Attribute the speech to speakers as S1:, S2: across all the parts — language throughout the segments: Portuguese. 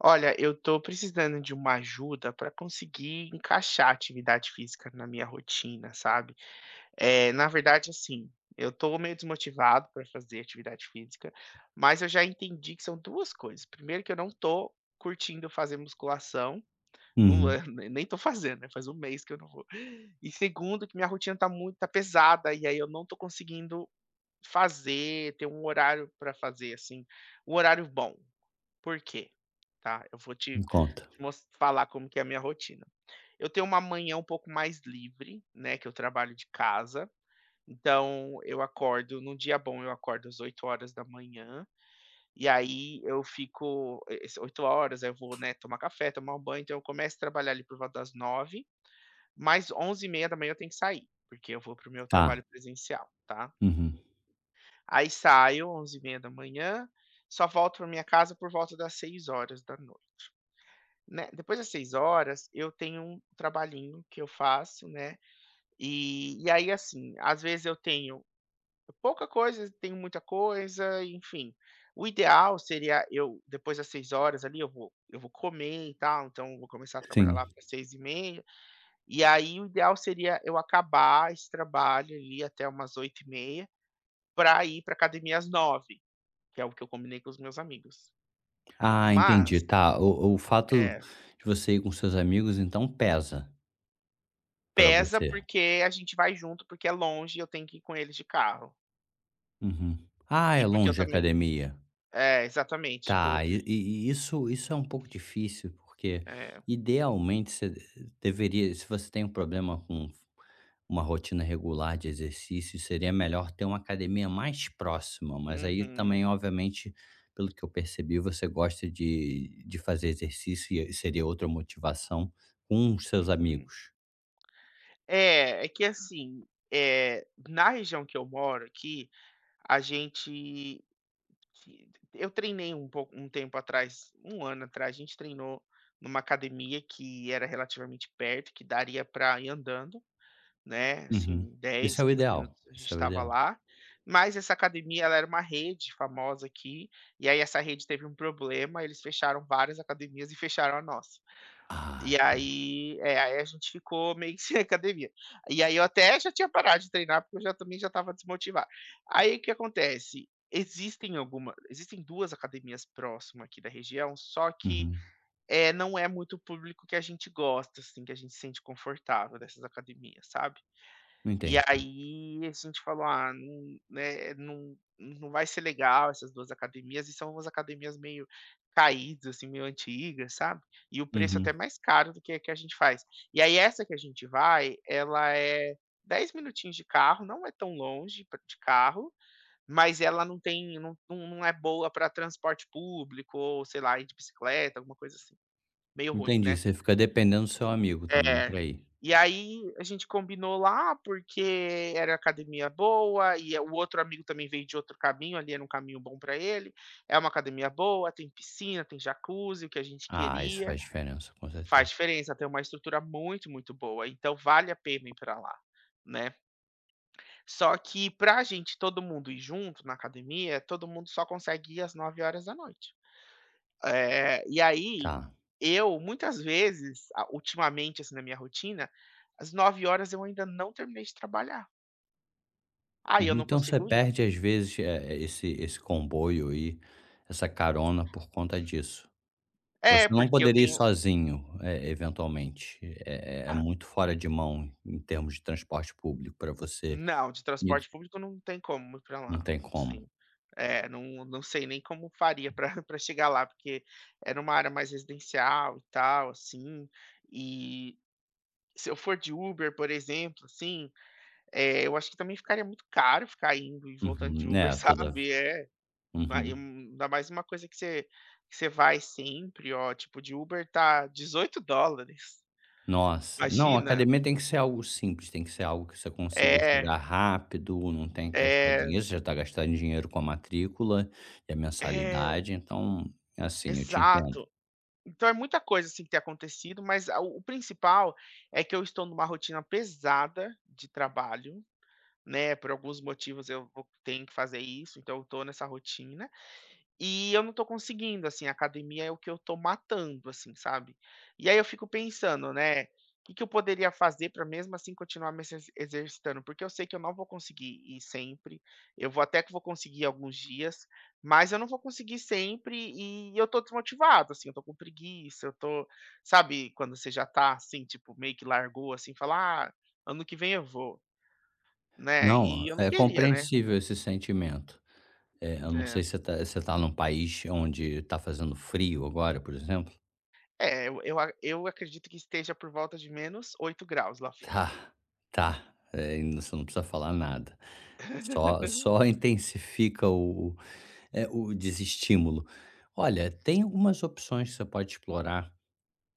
S1: Olha, eu tô precisando de uma ajuda para conseguir encaixar atividade física na minha rotina, sabe? É, na verdade, assim, eu tô meio desmotivado para fazer atividade física, mas eu já entendi que são duas coisas. Primeiro, que eu não tô curtindo fazer musculação, não
S2: Uhum.
S1: é nem tô fazendo, né? Faz um mês que eu não vou. E segundo, que minha rotina tá muito, tá pesada, e aí eu não tô conseguindo fazer, ter um horário para fazer, assim, um horário bom. Por quê? Tá? Eu vou te
S2: Me conta.
S1: te mos falar como que é a minha rotina. Eu tenho uma manhã um pouco mais livre, né, que eu trabalho de casa, então eu acordo num dia bom eu acordo às 8 horas da manhã. E aí eu fico e esse 8h, aí eu vou, né, tomar café, tomar um banho, então eu começo a trabalhar ali por volta das 9 11h30 da manhã eu tenho que sair, porque eu vou para o meu
S2: Tá.
S1: trabalho presencial, tá.
S2: Uhum.
S1: Aí saio 11h30 da manhã. Só volto para minha casa por volta das 18h. Né, depois das 18h eu tenho um trabalhinho que eu faço, né, e aí, assim, às vezes eu tenho pouca coisa, tenho muita coisa, enfim. O ideal seria eu depois das 18h ali, eu vou comer e tal, então eu vou começar a trabalhar
S2: Sim.
S1: lá para 18h30. E aí o ideal seria eu acabar esse trabalho ali até umas 20h30 para ir para academia às 9h, que é o que eu combinei com os meus amigos.
S2: Ah,
S1: Mas
S2: entendi. Tá. O fato
S1: é.
S2: de você ir com seus amigos, então, pesa pra
S1: Pesa,
S2: você.
S1: porque a gente vai junto, porque é longe e eu tenho que ir com eles de carro.
S2: Uhum. Ah,
S1: E
S2: é
S1: porque eu
S2: longe a
S1: também
S2: academia.
S1: é, exatamente, tipo
S2: Tá. E isso é um pouco difícil, porque,
S1: é.
S2: idealmente, você deveria, se você tem um problema com uma rotina regular de exercício, seria melhor ter uma academia mais próxima, mas aí também,
S1: Uhum,
S2: obviamente, pelo que eu percebi, você gosta de fazer exercício e seria outra motivação com os seus
S1: uhum.
S2: amigos.
S1: É, é que assim, é na região que eu moro aqui, a gente que eu treinei um pouco um tempo atrás, um ano atrás, a gente treinou numa academia que era relativamente perto, que daria pra ir andando. Né,
S2: Uhum.
S1: assim,
S2: Isso
S1: 10
S2: é o
S1: 15
S2: ideal.
S1: minutos a gente
S2: Isso é o
S1: estava
S2: ideal.
S1: lá, mas essa academia ela era uma rede famosa aqui, e aí essa rede teve um problema, eles fecharam várias academias e fecharam a nossa.
S2: Ah,
S1: E aí é, aí a gente ficou meio que sem academia. E aí eu até já tinha parado de treinar, porque eu já também já estava desmotivado. Aí o que acontece? Existem 2 academias próxima aqui da região, só que,
S2: uhum.
S1: é não é muito o público que a gente gosta, assim, que a gente se sente confortável dessas academias, sabe. E
S2: Entendi.
S1: aí a gente falou: "Ah, não, né, não vai ser legal essas 2 academias", e são umas academias meio caídas, assim, meio antigas, sabe. E o preço é até
S2: Uhum.
S1: mais caro do que a gente faz. E aí essa que a gente vai, ela é 10 minutinhos de carro, não é tão longe pra de carro, mas ela não tem não é boa para transporte público ou, sei lá, ir de bicicleta, alguma coisa assim, meio ruim,
S2: Entendi.
S1: né.
S2: Você fica dependendo do seu amigo também
S1: É.
S2: para ir.
S1: E aí a gente combinou lá, porque era academia boa, e o outro amigo também veio de outro caminho, ali era um caminho bom para ele. É uma academia boa, tem piscina, tem jacuzzi, o que a gente
S2: Ah, isso
S1: queria.
S2: faz diferença, com certeza.
S1: Faz diferença, tem uma estrutura muito, muito boa, então vale a pena ir para lá, né. Só que pra gente todo mundo ir junto na academia, todo mundo só consegue ir às 21h eh, e aí,
S2: Tá.
S1: eu muitas vezes, a ultimamente, assim, na minha rotina, às 21h eu ainda não terminei de trabalhar. Aí eu
S2: Uhum,
S1: não
S2: então você
S1: consigo ir.
S2: perde às vezes, esse comboio aí, essa carona por conta disso. Você
S1: É,
S2: não
S1: porque eu
S2: poderia ir
S1: tenho
S2: sozinho, eventualmente? É muito fora de mão em termos de transporte público para você
S1: não, de
S2: ir,
S1: transporte público não tem como ir pra
S2: não
S1: lá,
S2: tem como.
S1: sim. É, não sei nem como faria para para chegar lá, porque era uma área mais residencial e tal, assim, e se eu for de Uber, por exemplo, assim, eh, eu acho que também ficaria muito caro ficar indo e voltando de
S2: Uhum,
S1: Uber,
S2: é, toda
S1: sabe? É, Ma e um
S2: uhum.
S1: ainda mais uma coisa que você vai sempre, ó, tipo, de Uber tá 18 dólares.
S2: Nossa, não,
S1: Imagina.
S2: academia tem que ser algo simples, tem que ser algo que você consiga
S1: É,
S2: chegar rápido, não tem que gastar
S1: é,
S2: dinheiro, você já está gastando dinheiro com a matrícula e a
S1: é,
S2: mensalidade, então, assim, eu te entendo.
S1: exato. Então é muita coisa, assim, que tem acontecido, mas a o principal é que eu estou numa rotina pesada de trabalho, né, por alguns motivos eu vou tenho que fazer isso, então eu tô nessa rotina. E eu não tô conseguindo, assim, a academia é o que eu tô matando, assim, sabe. E aí eu fico pensando, né, o que que eu poderia fazer para mesmo assim continuar me exercitando, porque eu sei que eu não vou conseguir ir sempre, eu vou até que vou conseguir alguns dias, mas eu não vou conseguir sempre e eu tô desmotivado, assim, eu tô com preguiça, eu tô sabe quando você já tá, assim, tipo, meio que largou, assim, falar "Ah, ano que vem eu vou", né,
S2: Não,
S1: e eu não
S2: é
S1: queria, né.
S2: compreensível esse sentimento. Eu não
S1: É.
S2: sei se você está num país onde tá fazendo frio agora, por exemplo?
S1: É, eu acredito que esteja por volta de -8 graus lá fora.
S2: Tá, tá, e você não precisa falar nada. Só intensifica o o desestímulo. Olha, tem algumas opções que você pode explorar,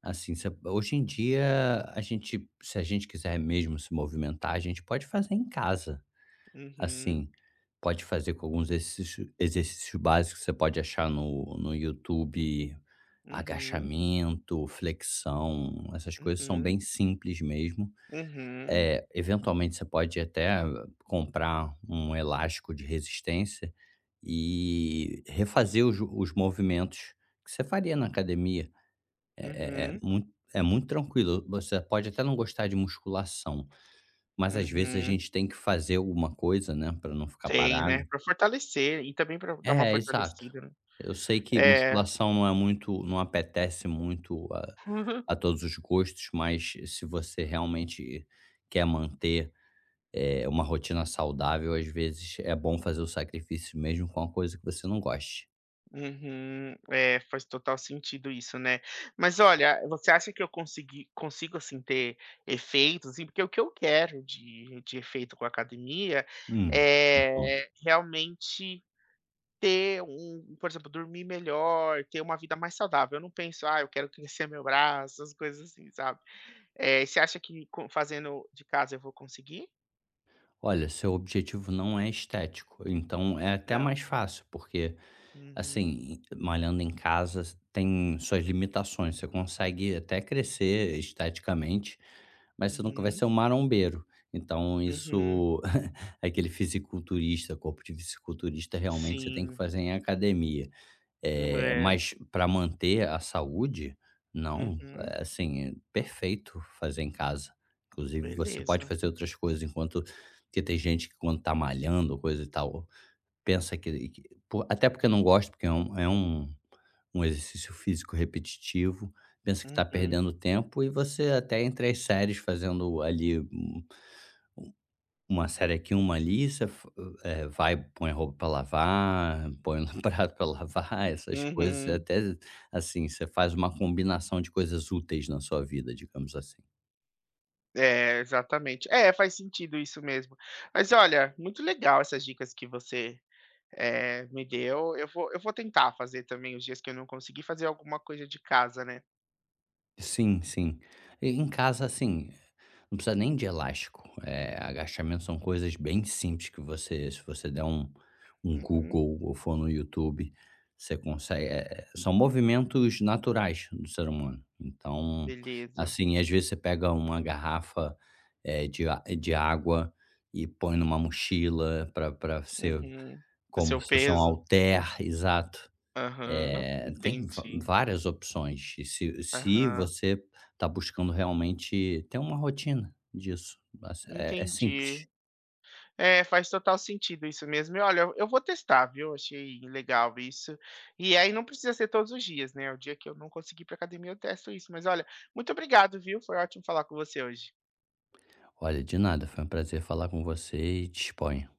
S2: assim, você hoje em dia, a gente, se a gente quiser mesmo se movimentar, a gente pode fazer em casa.
S1: Uhum,
S2: Assim, pode fazer com alguns exercícios básicos, que você pode achar no YouTube,
S1: uhum,
S2: agachamento, flexão, essas coisas são
S1: uhum,
S2: bem simples mesmo.
S1: uhum,
S2: Eventualmente você pode até comprar um elástico de resistência e refazer os movimentos que você faria na academia.
S1: uhum,
S2: É muito tranquilo. Você pode até não gostar de musculação, mas às vezes a
S1: uhum.
S2: gente tem que fazer alguma coisa, né, para não ficar
S1: Tem, né,
S2: parado.
S1: para fortalecer e também para dar uma
S2: É, exato.
S1: fortalecida, né.
S2: Eu sei que
S1: É.
S2: musculação não é muito não apetece muito a todos os gostos, mas se você realmente quer manter, uma rotina saudável, às vezes é bom fazer o sacrifício mesmo com uma coisa que você não goste.
S1: Uhum. É, faz total sentido isso, né. Mas olha, você acha que eu consegui consigo, assim, ter efeitos, assim, porque o que eu quero de efeito com a academia
S2: Hum, me conta.
S1: é realmente ter um por exemplo, dormir melhor, ter uma vida mais saudável. Eu não penso: "Ah, eu quero crescer meu braço", as coisas assim, sabe. Eh, você acha que com fazendo de casa eu vou conseguir?
S2: Olha, seu objetivo não é estético, então é até
S1: Não.
S2: mais fácil, porque,
S1: Uhum,
S2: assim, malhando em casa tem suas limitações, você consegue até crescer esteticamente, mas você nunca vai
S1: uhum,
S2: ser um marombeiro. Então
S1: uhum.
S2: isso aquele fisiculturista, corpo de fisiculturista, realmente você tem que
S1: Sim.
S2: fazer em academia.
S1: Hum, é.
S2: Mas para manter a saúde, não,
S1: Uhum.
S2: assim, é perfeito fazer em casa. Inclusive você pode
S1: Beleza.
S2: fazer outras coisas enquanto que tem gente que, quando tá malhando, coisa e tal, pensa que po até porque não gosta, porque é um um exercício físico repetitivo, pensa que está
S1: Uhum,
S2: perdendo tempo. E você, até entre as séries, fazendo ali uma série aqui, uma ali, você fa vai, põe roupa para lavar, põe no prato pra lavar, essas coisas,
S1: uhum.
S2: até, assim, você faz uma combinação de coisas úteis na sua vida, digamos assim.
S1: É, exatamente. É, faz sentido isso mesmo. Mas olha, muito legal essas dicas que você, eh, me deu. Eu vou tentar fazer também os dias que eu não consegui fazer alguma coisa de casa, né.
S2: Sim, sim. E em casa, assim, não precisa nem de elástico. Agachamento, são coisas bem simples que você, se você der um
S1: Uhum,
S2: Google ou for no YouTube, você consegue. São movimentos naturais do ser humano. Então,
S1: beleza.
S2: assim, às vezes você pega uma garrafa, de água e põe numa mochila para pra ser
S1: Uhum. O
S2: como
S1: seu
S2: se fosse um
S1: peso?
S2: halter, exato.
S1: Aham,
S2: Tem va
S1: entendi.
S2: várias opções e se
S1: Aham,
S2: você está buscando realmente ter uma rotina disso, mas é
S1: entendi.
S2: simples.
S1: É, faz total sentido isso mesmo. E olha, eu vou testar, viu? Achei legal isso. E aí não precisa ser todos os dias, né? O dia que eu não conseguir ir pra academia, eu testo isso. Mas olha, muito obrigado, viu? Foi ótimo falar com você hoje.
S2: Olha, de nada, foi um prazer falar com você e disponha.